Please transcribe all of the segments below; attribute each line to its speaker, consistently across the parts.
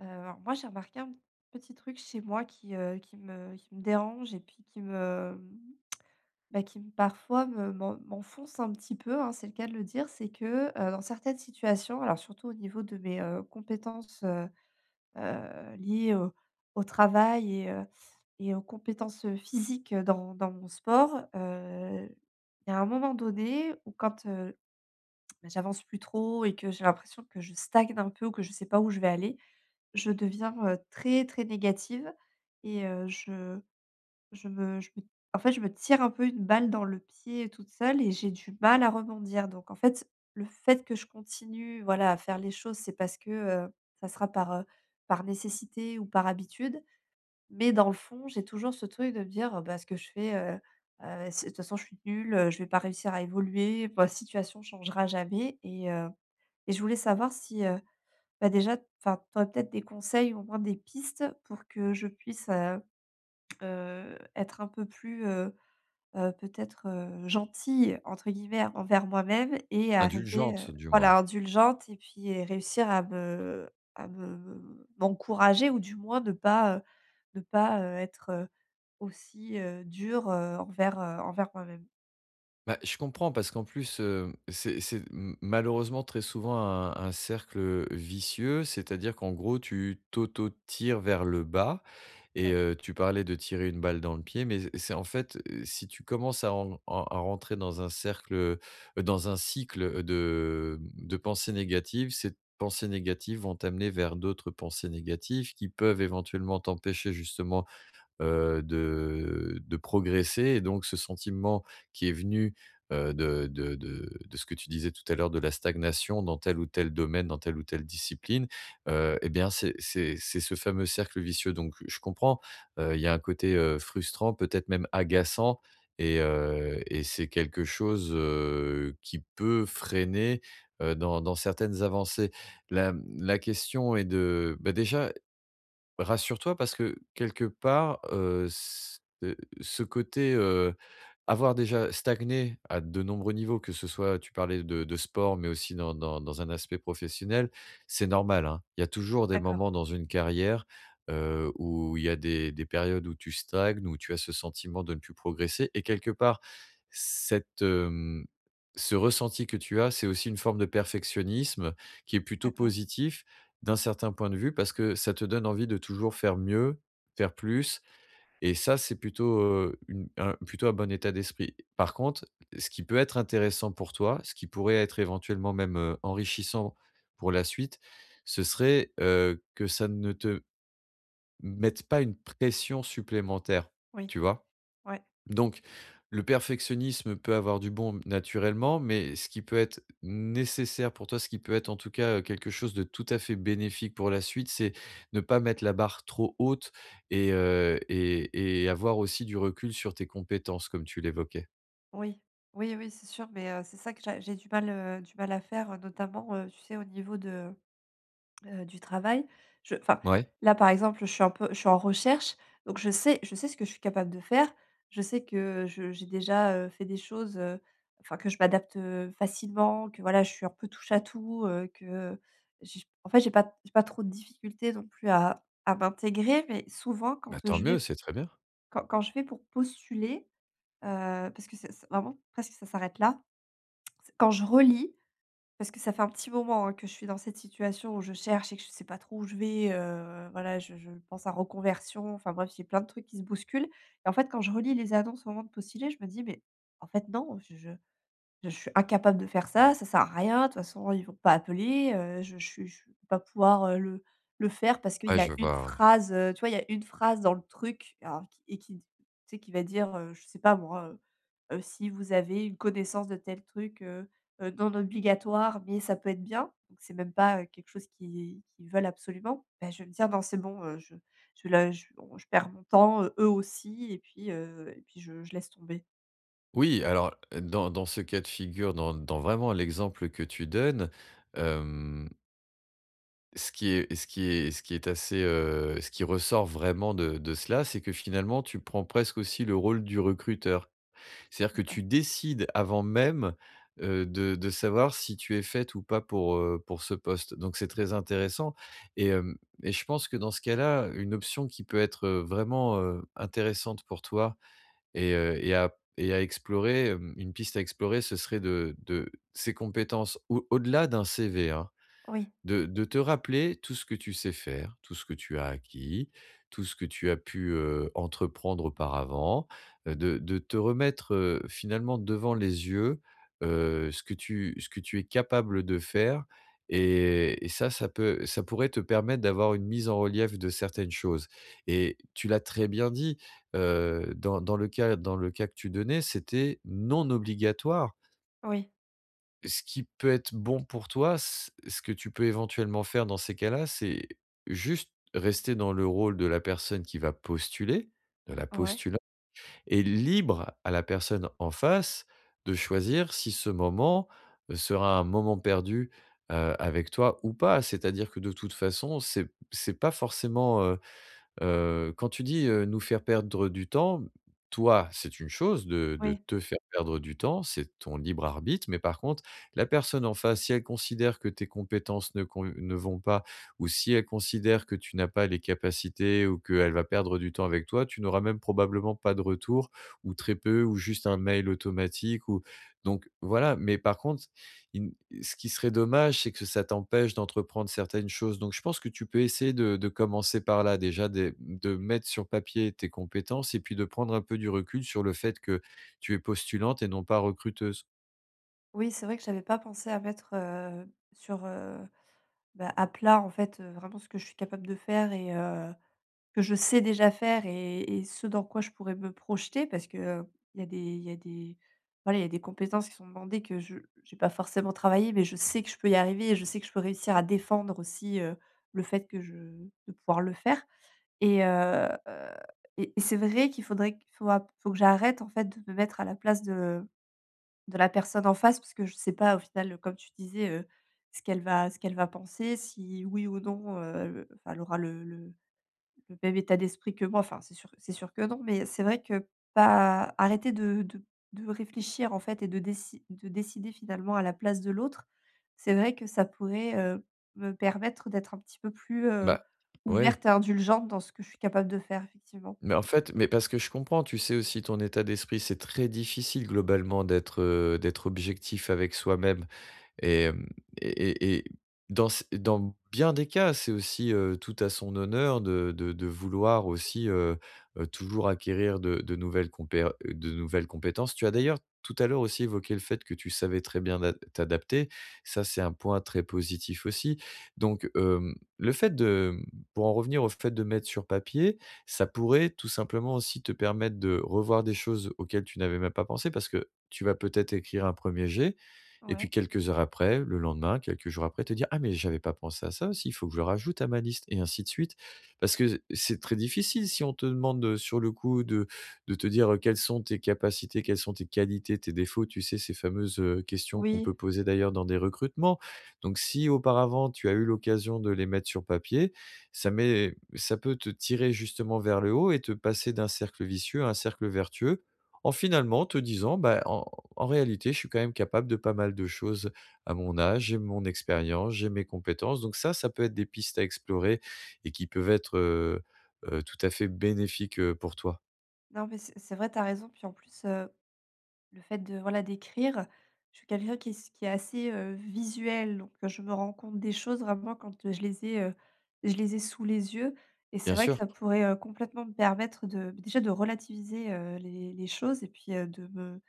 Speaker 1: Alors moi, j'ai remarqué un petit truc chez moi qui, qui me dérange et puis qui me, qui me parfois me m'enfonce un petit peu, hein, c'est le cas de le dire. C'est que, dans certaines situations, alors surtout au niveau de mes, compétences, liées au au travail et et aux compétences, physiques, dans mon sport, il y a un moment donné où quand bah, j'avance plus trop et que j'ai l'impression que je stagne un peu ou que je sais pas où je vais aller, je deviens, très, très négative et je me en fait, je me tire un peu une balle dans le pied toute seule et j'ai du mal à rebondir donc en fait, le fait que je continue, voilà, à faire les choses, c'est parce que, ça sera par, par nécessité ou par habitude, mais dans le fond, j'ai toujours ce truc de me dire: «Bah, ce que je fais, c'est, de toute façon, je suis nulle, je vais pas réussir à évoluer, ma situation changera jamais» et je voulais savoir si, bah, déjà, enfin, tu aurais peut-être des conseils ou au moins des pistes pour que je puisse, être un peu plus, peut-être, «gentille» entre guillemets envers moi-même et arriver,
Speaker 2: Indulgente, du moins.
Speaker 1: voilà, indulgente et puis, réussir à me m'encourager ou du moins ne pas, ne pas, être, aussi, dure, envers, envers moi-même.
Speaker 2: Bah, je comprends parce qu'en plus, c'est m malheureusement très souvent un cercle vicieux. C'est-à-dire qu'en gros, tu t'auto-tires vers le bas et tu parlais de tirer une balle dans le pied, mais c'est en fait, si tu commences à rentrer dans un cercle, dans un cycle, de, de pensées négatives, ces pensées négatives vont t'amener vers d'autres pensées négatives qui peuvent éventuellement t'empêcher justement de progresser et donc ce sentiment qui est venu, de de ce que tu disais tout à l'heure de la stagnation dans tel ou tel domaine, dans telle ou telle discipline, et bien, c'est ce fameux cercle vicieux, donc je comprends, il y a un côté, frustrant, peut-être même agaçant, et c'est quelque chose, qui peut freiner, dans dans certaines avancées. La, la question est de, bah, déjà. Rassure-toi, parce que quelque part, c ce côté, avoir déjà stagné à de nombreux niveaux, que ce soit tu parlais de sport, mais aussi dans dans un aspect professionnel, c'est normal, hein. Il y a toujours des
Speaker 1: D'accord,
Speaker 2: moments dans une carrière, où il y a des périodes où tu stagnes, où tu as ce sentiment de ne plus progresser, et quelque part, cette, ce ressenti que tu as, c'est aussi une forme de perfectionnisme qui est plutôt
Speaker 1: d'accord.
Speaker 2: positif d'un certain point de vue, parce que ça te donne envie de toujours faire mieux, faire plus. Et ça, c'est plutôt, une un plutôt un bon état d'esprit. Par contre, ce qui peut être intéressant pour toi, ce qui pourrait être éventuellement même, enrichissant pour la suite, ce serait, que ça ne te mette pas une pression supplémentaire,
Speaker 1: Oui,
Speaker 2: tu vois?
Speaker 1: ouais.
Speaker 2: Donc, le perfectionnisme peut avoir du bon naturellement, mais ce qui peut être nécessaire pour toi, ce qui peut être en tout cas, quelque chose de tout à fait bénéfique pour la suite, c'est ne pas mettre la barre trop haute et avoir aussi du recul sur tes compétences comme tu l'évoquais.
Speaker 1: Oui, oui, oui, c'est sûr, mais c'est ça que j'ai du mal à faire, notamment, tu sais, au niveau de, du travail. Je enfin,
Speaker 2: Ouais,
Speaker 1: là, par exemple, je suis en recherche, donc je sais ce que je suis capable de faire. Je sais que je j'ai déjà, fait des choses, enfin, que je m'adapte, facilement, que voilà, je suis un peu touche à tout, que j'ai pas trop de difficultés non plus à m'intégrer, mais souvent
Speaker 2: bah, tant mieux, c'est très bien.
Speaker 1: quand je vais pour postuler, parce que c'est vraiment presque ça s'arrête là, quand je relis, parce que ça fait un petit moment, hein, que je suis dans cette situation où je cherche et que je ne sais pas trop où je vais, voilà, je pense à reconversion, enfin bref, j'ai plein de trucs qui se bousculent et en fait, quand je relis les annonces au moment de postuler, je me dis: «Mais en fait non, je». Je suis incapable de faire ça, ça sert à rien, de toute façon ils vont pas appeler, je vais pas pouvoir, le faire parce qu'il
Speaker 2: Ouais,
Speaker 1: y a
Speaker 2: je
Speaker 1: une
Speaker 2: vois, ouais.
Speaker 1: phrase, tu vois? Il y a une phrase dans le truc alors qui tu sais, qui va dire, je sais pas moi, heu: «Si vous avez une connaissance de tel truc, non obligatoire, mais ça peut être bien». Donc c'est même pas, quelque chose qu'ils veulent absolument. Bah, je vais me dire: «Non, c'est bon, je la je on je perds mon temps, eux aussi et puis je laisse tomber».
Speaker 2: Oui, alors, dans dans ce cas de figure, dans dans vraiment l'exemple que tu donnes, ce qui est assez, ce qui ressort vraiment de cela, c'est que finalement, tu prends presque aussi le rôle du recruteur. C'est-à-dire
Speaker 1: C'est
Speaker 2: que
Speaker 1: ça.
Speaker 2: tu décides avant même, de savoir si tu es faite ou pas pour, pour ce poste. Donc c'est très intéressant, et hem et je pense que dans ce cas-là, une option qui peut être, vraiment, intéressante pour toi et à explorer, une piste à explorer, ce serait de ces compétences au au-delà d'un CV, hein,
Speaker 1: Oui,
Speaker 2: de te rappeler tout ce que tu sais faire, tout ce que tu as acquis, tout ce que tu as pu, entreprendre auparavant, de te remettre, finalement devant les yeux, ce que tu es capable de faire. Et ça, ça peut ça pourrait te permettre d'avoir une mise en relief de certaines choses. Et tu l'as très bien dit, dans le cas que tu donnais, c'était non obligatoire.
Speaker 1: oui,
Speaker 2: Ce qui peut être bon pour toi, c ce que tu peux éventuellement faire dans ces cas-là, c'est juste rester dans le rôle de la personne qui va postuler, de la
Speaker 1: ouais.
Speaker 2: postula et libre à la personne en face de choisir si ce moment sera un moment perdu, avec toi ou pas. C'est-à-dire que de toute façon, c'est pas forcément. Quand tu dis, nous faire perdre du temps, toi, c'est une chose de
Speaker 1: Oui,
Speaker 2: te faire perdre du temps, c'est ton libre arbitre, mais par contre, la personne en face, si elle considère que tes compétences ne vont pas, ou si elle considère que tu n'as pas les capacités ou qu'elle va perdre du temps avec toi, tu n'auras même probablement pas de retour, ou très peu, ou juste un mail automatique, ou donc voilà. Mais par contre, in ce qui serait dommage, c'est que ça t'empêche d'entreprendre certaines choses. Donc je pense que tu peux essayer de commencer par là, déjà des de mettre sur papier tes compétences et puis de prendre un peu du recul sur le fait que tu es postulante et non pas recruteuse.
Speaker 1: oui, c'est vrai que j'avais pas pensé à mettre, sur, bah, à plat, en fait, vraiment ce que je suis capable de faire et que je sais déjà faire et ce dans quoi je pourrais me projeter parce que, il y a des il y a des voilà, il y a des compétences qui sont demandées que je j'ai pas forcément travaillé, mais je sais que je peux y arriver et je sais que je peux réussir à défendre aussi, le fait que je de pouvoir le faire et heu, et c'est vrai qu'il faudrait q faut que j'arrête, en fait, de me mettre à la place de la personne en face, parce que je sais pas au final, comme tu disais, ce qu'elle va penser, si oui ou non, enfin elle aura le le même état d'esprit que moi, enfin c'est sûr que non, mais c'est vrai que pas arrêter de réfléchir en fait et de déci de décider finalement à la place de l'autre, c'est vrai que ça pourrait, me permettre d'être un petit peu plus,
Speaker 2: Bah, ouais,
Speaker 1: ouverte et indulgente dans ce que je suis capable de faire effectivement.
Speaker 2: mais en fait, mais parce que je comprends, tu sais aussi ton état d'esprit, c'est très difficile globalement d'être, d'être objectif avec soi-même. Et hem et dans c dans bien des cas, c'est aussi, tout à son honneur de de vouloir aussi, toujours acquérir de nouvelles compé de nouvelles compétences. Tu as d'ailleurs tout à l'heure aussi évoqué le fait que tu savais très bien d'a t'adapter. Ça, c'est un point très positif aussi. Donc, le fait de, pour en revenir au fait de mettre sur papier, ça pourrait tout simplement aussi te permettre de revoir des choses auxquelles tu n'avais même pas pensé, parce que tu vas peut-être écrire un premier er jet, et
Speaker 1: Ouais.
Speaker 2: puis quelques heures après, le lendemain, quelques jours après, te dire: «Ah, mais j'avais pas pensé à ça aussi, il faut que je le rajoute à ma liste», et ainsi de suite. Parce que c'est très difficile si on te demande, sur le coup, de te dire, quelles sont tes capacités, quelles sont tes qualités, tes défauts, tu sais, ces fameuses, questions qu'on
Speaker 1: Oui,
Speaker 2: peut poser d'ailleurs dans des recrutements. Donc si auparavant tu as eu l'occasion de les mettre sur papier, ça peut te tirer justement vers le haut et te passer d'un cercle vicieux à un cercle vertueux, en finalement te disant: «Bah, en en réalité, je suis quand même capable de pas mal de choses, à mon âge, j'ai mon expérience, j'ai mes compétences». Donc ça peut être des pistes à explorer et qui peuvent être, tout à fait bénéfiques, pour toi.
Speaker 1: non mais c'est vrai, tu as raison, puis en plus, Le fait de voilà, d'écrire, je suis quelqu'un qui est assez, visuel, donc je me rends compte des choses vraiment quand, je les ai sous les yeux et c'est
Speaker 2: Bien
Speaker 1: vrai que
Speaker 2: sûr,
Speaker 1: ça pourrait, complètement me permettre de déjà de relativiser, les choses et puis,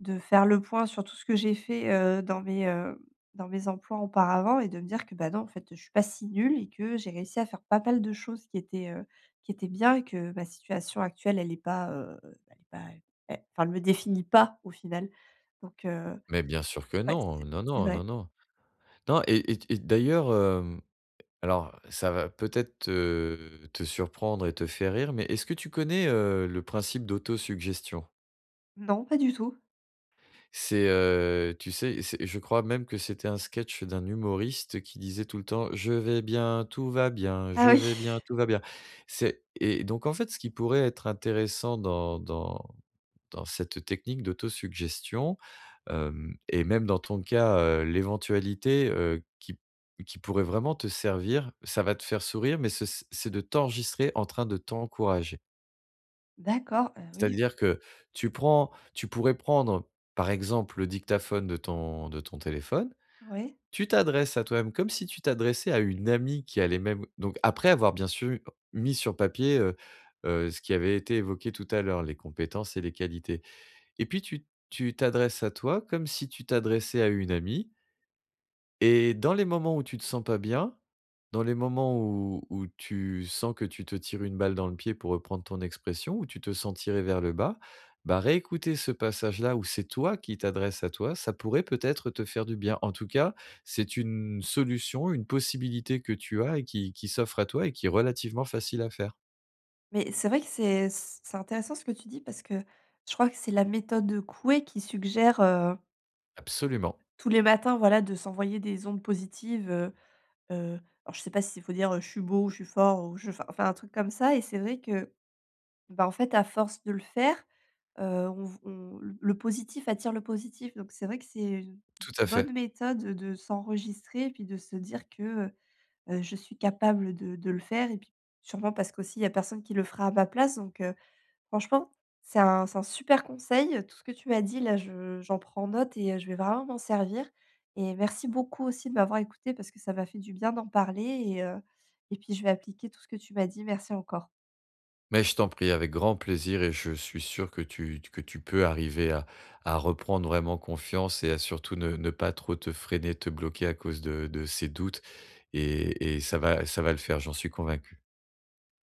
Speaker 1: de faire le point sur tout ce que j'ai fait, dans mes emplois auparavant et de me dire que, bah, non, en fait, je suis pas si nulle et que j'ai réussi à faire pas mal de choses qui étaient bien et que ma situation actuelle, elle est pas, elle est pas elle enfin, elle me définit pas au final. Donc
Speaker 2: mais bien sûr que
Speaker 1: ouais,
Speaker 2: non, non,
Speaker 1: c'est
Speaker 2: non,
Speaker 1: vrai.
Speaker 2: non, non. Non. Et d'ailleurs, alors ça va peut-être te te surprendre et te faire rire, mais est-ce que tu connais, le principe d'autosuggestion?
Speaker 1: Non, pas du tout.
Speaker 2: C'est, tu sais, c'est, je crois même que c'était un sketch d'un humoriste qui disait tout le temps: «Je vais bien, tout va bien,
Speaker 1: Ah
Speaker 2: je
Speaker 1: oui,
Speaker 2: vais bien, tout va bien». C'est, et donc en fait, ce qui pourrait être intéressant dans cette technique d'autosuggestion, hem et même dans ton cas, l'éventualité, qui pourrait vraiment te servir, ça va te faire sourire, mais ce c'est de t'enregistrer en train de t'encourager.
Speaker 1: d'accord, oui,
Speaker 2: C'est-à-dire que tu pourrais prendre, par exemple, le dictaphone de ton téléphone,
Speaker 1: ouais.
Speaker 2: tu t'adresses à toi-même comme si tu t'adressais à une amie qui a les mêmes, donc après avoir bien sûr mis sur papier, ce qui avait été évoqué tout à l'heure, les compétences et les qualités, et puis tu t'adresses à toi comme si tu t'adressais à une amie, et dans les moments où tu te sens pas bien, dans les moments où où tu sens que tu te tires une balle dans le pied, pour reprendre ton expression, où tu te sens tiré vers le bas, bah, réécouter ce passage-là où c'est toi qui t'adresse à toi, ça pourrait peut-être te faire du bien. En tout cas, c'est une solution, une possibilité que tu as et qui s'offre à toi et qui est relativement facile à faire.
Speaker 1: Mais c'est vrai que c'est intéressant ce que tu dis parce que je crois que c'est la méthode Coué qui suggère.
Speaker 2: Absolument,
Speaker 1: Tous les matins, voilà, de s'envoyer des ondes positives, heu, alors je sais pas s'il faut dire, «Je suis beau», «Je suis fort» ou je enfin enfin un truc comme ça et c'est vrai que, bah, en fait, à force de le faire, heu, on le positif attire le positif donc c'est vrai que c'est une
Speaker 2: tout à
Speaker 1: bonne
Speaker 2: fait.
Speaker 1: méthode de s'enregistrer et puis de se dire que, «Je suis capable de le faire» et puis sûrement parce qu'aussi il y a personne qui le fera à ma place donc heu. Franchement, c'est un super conseil, tout ce que tu m'as dit là, je j'en prends note et je vais vraiment m'en servir et merci beaucoup aussi de m'avoir écoutée parce que ça m'a fait du bien d'en parler, et puis je vais appliquer tout ce que tu m'as dit. Merci encore.
Speaker 2: Mais je t'en prie, avec grand plaisir, et je suis sûr que tu peux arriver à reprendre vraiment confiance et à surtout ne ne pas trop te freiner, te bloquer à cause de ces doutes, et ça va le faire, j'en suis convaincu.